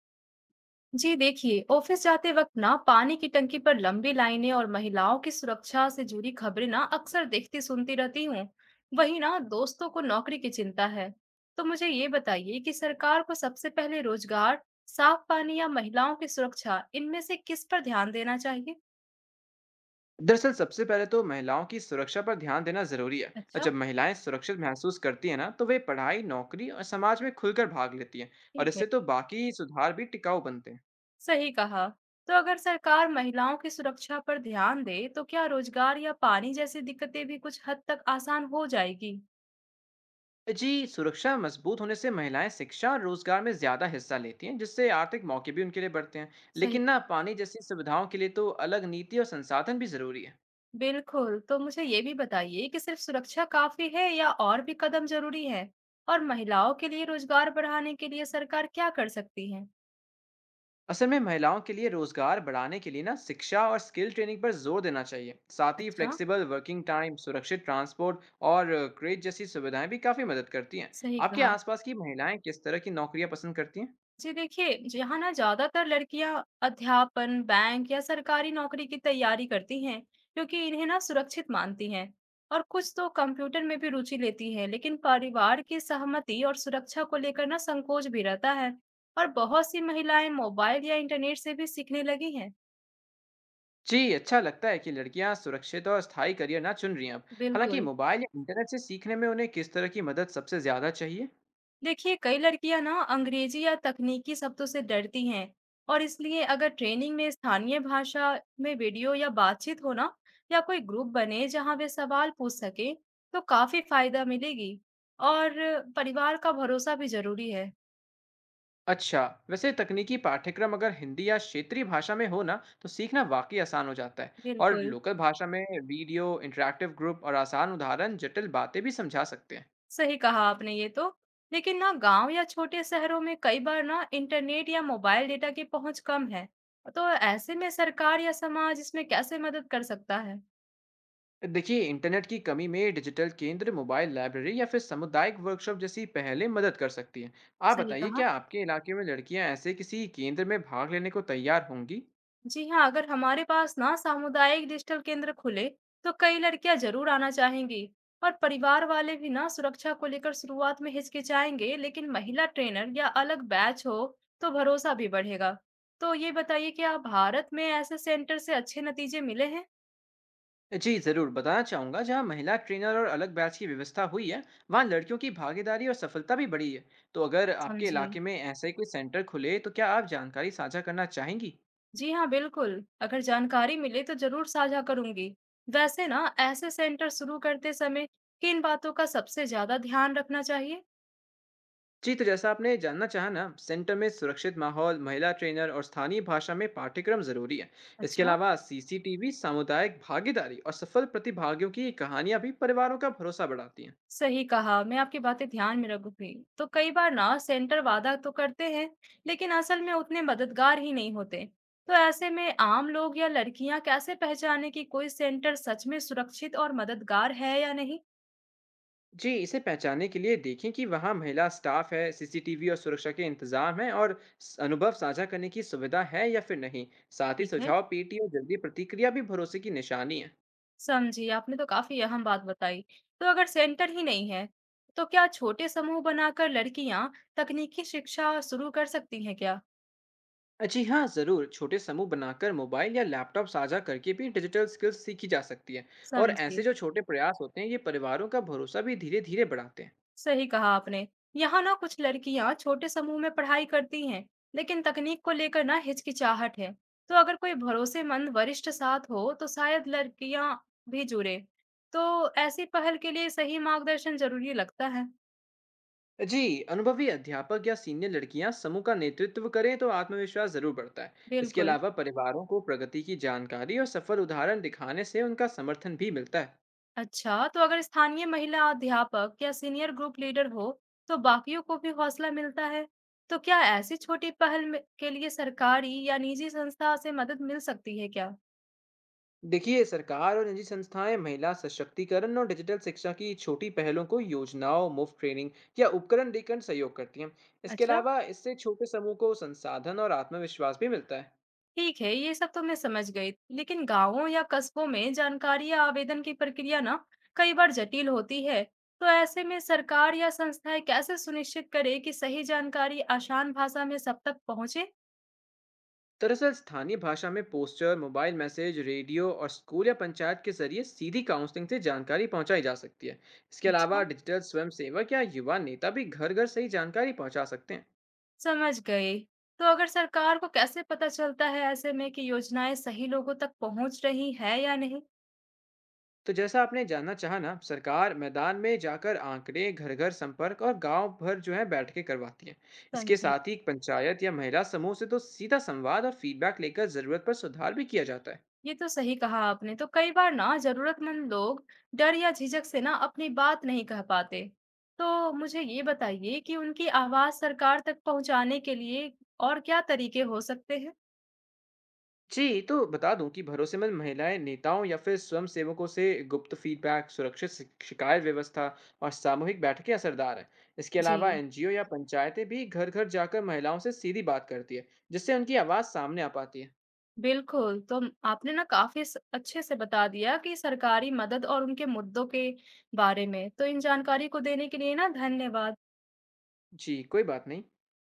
जी देखिए, ऑफिस जाते वक्त ना पानी की टंकी पर लंबी लाइनें और महिलाओं की सुरक्षा से जुड़ी खबरें ना अक्सर देखती सुनती रहती हूँ। वही ना दोस्तों को नौकरी की चिंता है। तो मुझे ये बताइए कि सरकार को सबसे पहले रोजगार, साफ पानी या महिलाओं की सुरक्षा, इनमें से किस पर ध्यान देना चाहिए। दरअसल सबसे पहले तो महिलाओं की सुरक्षा पर ध्यान देना जरूरी है। और अच्छा। जब महिलाएं सुरक्षित महसूस करती हैं ना, तो वे पढ़ाई, नौकरी और समाज में खुलकर भाग लेती हैं। और ठीक है। इससे तो बाकी सुधार भी टिकाऊ बनते हैं। सही कहा। तो अगर सरकार महिलाओं की सुरक्षा पर ध्यान दे तो क्या रोजगार या पानी जैसी दिक्कतें भी कुछ हद तक आसान हो जाएगी। जी, सुरक्षा मजबूत होने से महिलाएं शिक्षा और रोजगार में ज्यादा हिस्सा लेती हैं, जिससे आर्थिक मौके भी उनके लिए बढ़ते हैं। सही। लेकिन ना, पानी जैसी सुविधाओं के लिए तो अलग नीति और संसाधन भी जरूरी है। बिल्कुल, तो मुझे ये भी बताइए कि सिर्फ सुरक्षा काफ़ी है या और भी कदम ज़रूरी है? और महिलाओं के लिए रोज़गार बढ़ाने के लिए सरकार क्या कर सकती है? असल में महिलाओं के लिए रोजगार बढ़ाने के लिए ना, शिक्षा और स्किल ट्रेनिंग पर जोर देना चाहिए। साथ ही अच्छा। फ्लेक्सिबल वर्किंग टाइम, सुरक्षित ट्रांसपोर्ट और क्रेज जैसी सुविधाएं भी काफी मदद करती हैं। सही आपके कहा। आसपास की महिलाएं किस तरह की नौकरियां पसंद करती हैं? जी देखिए, यहाँ ना ज़्यादातर लड़कियाँ अध्यापन, बैंक या सरकारी नौकरी की तैयारी करती हैं, क्योंकि इन्हें ना सुरक्षित मानती हैं। और कुछ तो कंप्यूटर में भी रुचि लेती हैं, लेकिन परिवार की सहमति और सुरक्षा को लेकर ना संकोच भी रहता है। और बहुत सी महिलाएं मोबाइल या इंटरनेट से भी सीखने लगी हैं। जी, अच्छा लगता है कि लड़कियां सुरक्षित और स्थायी करियर ना चुन रही हैं अब। हालांकि बिल्कुल। मोबाइल या इंटरनेट से सीखने में उन्हें किस तरह की मदद सबसे ज्यादा चाहिए? देखिए, कई लड़कियां ना अंग्रेजी या तकनीकी शब्दों से डरती हैं, और इसलिए अगर ट्रेनिंग में स्थानीय भाषा में वीडियो या बातचीत हो ना, या कोई ग्रुप बने जहां वे सवाल पूछ सके, तो काफी फायदा मिलेगी। और परिवार का भरोसा भी जरूरी है। अच्छा। वैसे तकनीकी पाठ्यक्रम अगर हिंदी या क्षेत्रीय भाषा में हो ना, तो सीखना वाकई आसान हो जाता है। और बिल्कुल, लोकल भाषा में वीडियो, इंटरैक्टिव ग्रुप और आसान उदाहरण जटिल बातें भी समझा सकते हैं। सही कहा आपने ये तो। लेकिन ना गांव या छोटे शहरों में कई बार ना इंटरनेट या मोबाइल डेटा की पहुंच कम है। तो ऐसे में सरकार या समाज इसमें कैसे मदद कर सकता है? देखिए, इंटरनेट की कमी में डिजिटल केंद्र, मोबाइल लाइब्रेरी या फिर सामुदायिक वर्कशॉप जैसी पहलें मदद कर सकती हैं। आप सही बताइए, कहा। क्या आपके इलाके में लड़कियां ऐसे किसी केंद्र में भाग लेने को तैयार होंगी? जी हाँ, अगर हमारे पास ना सामुदायिक डिजिटल केंद्र खुले तो कई लड़कियां जरूर आना चाहेंगी। और परिवार वाले भी ना सुरक्षा को लेकर शुरुआत में हिचकिचाएंगे, लेकिन महिला ट्रेनर या अलग बैच हो तो भरोसा भी बढ़ेगा। तो ये बताइए कि आप भारत में ऐसे सेंटर से अच्छे नतीजे मिले हैं। जी ज़रूर, बताना चाहूँगा जहाँ महिला ट्रेनर और अलग बैच की व्यवस्था हुई है, वहाँ लड़कियों की भागीदारी और सफलता भी बढ़ी है। तो अगर आपके समझे। इलाके में ऐसा ही कोई सेंटर खुले, तो क्या आप जानकारी साझा करना चाहेंगी? जी हाँ, बिल्कुल, अगर जानकारी मिले तो जरूर साझा करूंगी। वैसे ना ऐसे सेंटर शुरू करते समय किन बातों का सबसे ज्यादा ध्यान रखना चाहिए? जी, तो जैसा आपने जानना चाहा ना, सेंटर में सुरक्षित माहौल, महिला ट्रेनर और स्थानीय भाषा में पाठ्यक्रम ज़रूरी है। इसके अच्छा। अलावा सीसीटीवी, सामुदायिक भागीदारी और सफल प्रतिभागियों की कहानियाँ भी परिवारों का भरोसा बढ़ाती हैं। सही कहा, मैं आपकी बातें ध्यान में रखूंगी। तो कई बार ना सेंटर वादा तो करते हैं, लेकिन असल में उतने मददगार ही नहीं होते। तो ऐसे में आम लोग या लड़कियां कैसे पहचाने कि कोई सेंटर सच में सुरक्षित और मददगार है या नहीं? जी, इसे पहचानने के लिए देखें कि वहाँ महिला स्टाफ है, सीसीटीवी और सुरक्षा के इंतजाम है, और अनुभव साझा करने की सुविधा है या फिर नहीं। साथ ही ठीक है। सुझाव पीटी और जल्दी प्रतिक्रिया भी भरोसे की निशानी है। समझी, आपने तो काफी अहम बात बताई। तो अगर सेंटर ही नहीं है तो क्या छोटे समूह बनाकर लड़कियां तकनीकी शिक्षा शुरू कर सकती हैं क्या? जी हाँ, ज़रूर। छोटे समूह बनाकर मोबाइल या लैपटॉप साझा करके भी डिजिटल स्किल्स सीखी जा सकती है। और ऐसे समझी। जो छोटे प्रयास होते हैं, ये परिवारों का भरोसा भी धीरे धीरे बढ़ाते हैं। सही कहा आपने। यहाँ ना कुछ लड़कियां छोटे समूह में पढ़ाई करती हैं, लेकिन तकनीक को लेकर ना हिचकिचाहट है। तो अगर कोई भरोसेमंद वरिष्ठ साथ हो तो शायद लड़कियां भी जुड़े। तो ऐसी पहल के लिए सही मार्गदर्शन जरूरी लगता है। जी, अनुभवी अध्यापक या सीनियर लड़कियां समूह का नेतृत्व करें तो आत्मविश्वास जरूर बढ़ता है। इसके बिल्कुल। अलावा परिवारों को प्रगति की जानकारी और सफल उदाहरण दिखाने से उनका समर्थन भी मिलता है। अच्छा, तो अगर स्थानीय महिला अध्यापक या सीनियर ग्रुप लीडर हो तो बाकियों को भी हौसला मिलता है। तो क्या ऐसी छोटी के लिए सरकारी या निजी संस्था से मदद मिल सकती है क्या? देखिए, सरकार और निजी संस्थाएं महिला सशक्तिकरण और डिजिटल शिक्षा की छोटी पहलों को योजनाओं, मुफ्त ट्रेनिंग या उपकरण देकर सहयोग करती हैं। इसके अच्छा। अलावा इससे छोटे समूह को संसाधन और आत्मविश्वास भी मिलता है। ठीक है, ये सब तो मैं समझ गई, लेकिन गांवों या कस्बों में जानकारी या आवेदन की प्रक्रिया ना कई बार जटिल होती है। तो ऐसे में सरकार या संस्थाएं कैसे सुनिश्चित करे कि सही जानकारी आसान भाषा में सब तक पहुंचे? दरअसल स्थानीय भाषा में पोस्टर, मोबाइल मैसेज, रेडियो और स्कूल या पंचायत के जरिए सीधी काउंसलिंग से जानकारी पहुंचाई जा सकती है। इसके अलावा अच्छा। डिजिटल स्वयं सेवक या युवा नेता भी घर घर सही जानकारी पहुंचा सकते हैं। समझ गई। तो अगर सरकार को कैसे पता चलता है ऐसे में कि योजनाएं सही लोगों तक पहुंच रही है या नहीं? तो जैसा आपने जानना चाहा ना, सरकार मैदान में जाकर आंकड़े, घर घर संपर्क और गांव भर जो है, बैठकें करवाती है। इसके समझी। साथ ही पंचायत या महिला समूह से तो सीधा संवाद और फीडबैक लेकर जरूरत पर सुधार भी किया जाता है। ये तो सही कहा आपने। तो कई बार ना जरूरतमंद लोग डर या झिझक से ना अपनी बात नहीं कह पाते। तो मुझे ये बताइए कि उनकी आवाज सरकार तक पहुंचाने के लिए और क्या तरीके हो सकते हैं? जी, तो बता दूँ कि भरोसेमंद महिलाएँ, नेताओं या फिर स्वयंसेवकों से गुप्त फीडबैक, सुरक्षित शिकायत व्यवस्था और सामूहिक बैठकें असरदार हैं। इसके जी। अलावा एनजीओ या पंचायतें भी घर-घर जाकर महिलाओं से सीधी बात करती है, जिससे उनकी आवाज़ सामने आ पाती है। बिल्कुल, तो आपने ना काफी अच्छे से बता दिया कि सरकारी मदद और उनके मुद्दों के बारे में। तो इन जानकारी को देने के लिए ना धन्यवाद। जी, कोई बात नहीं।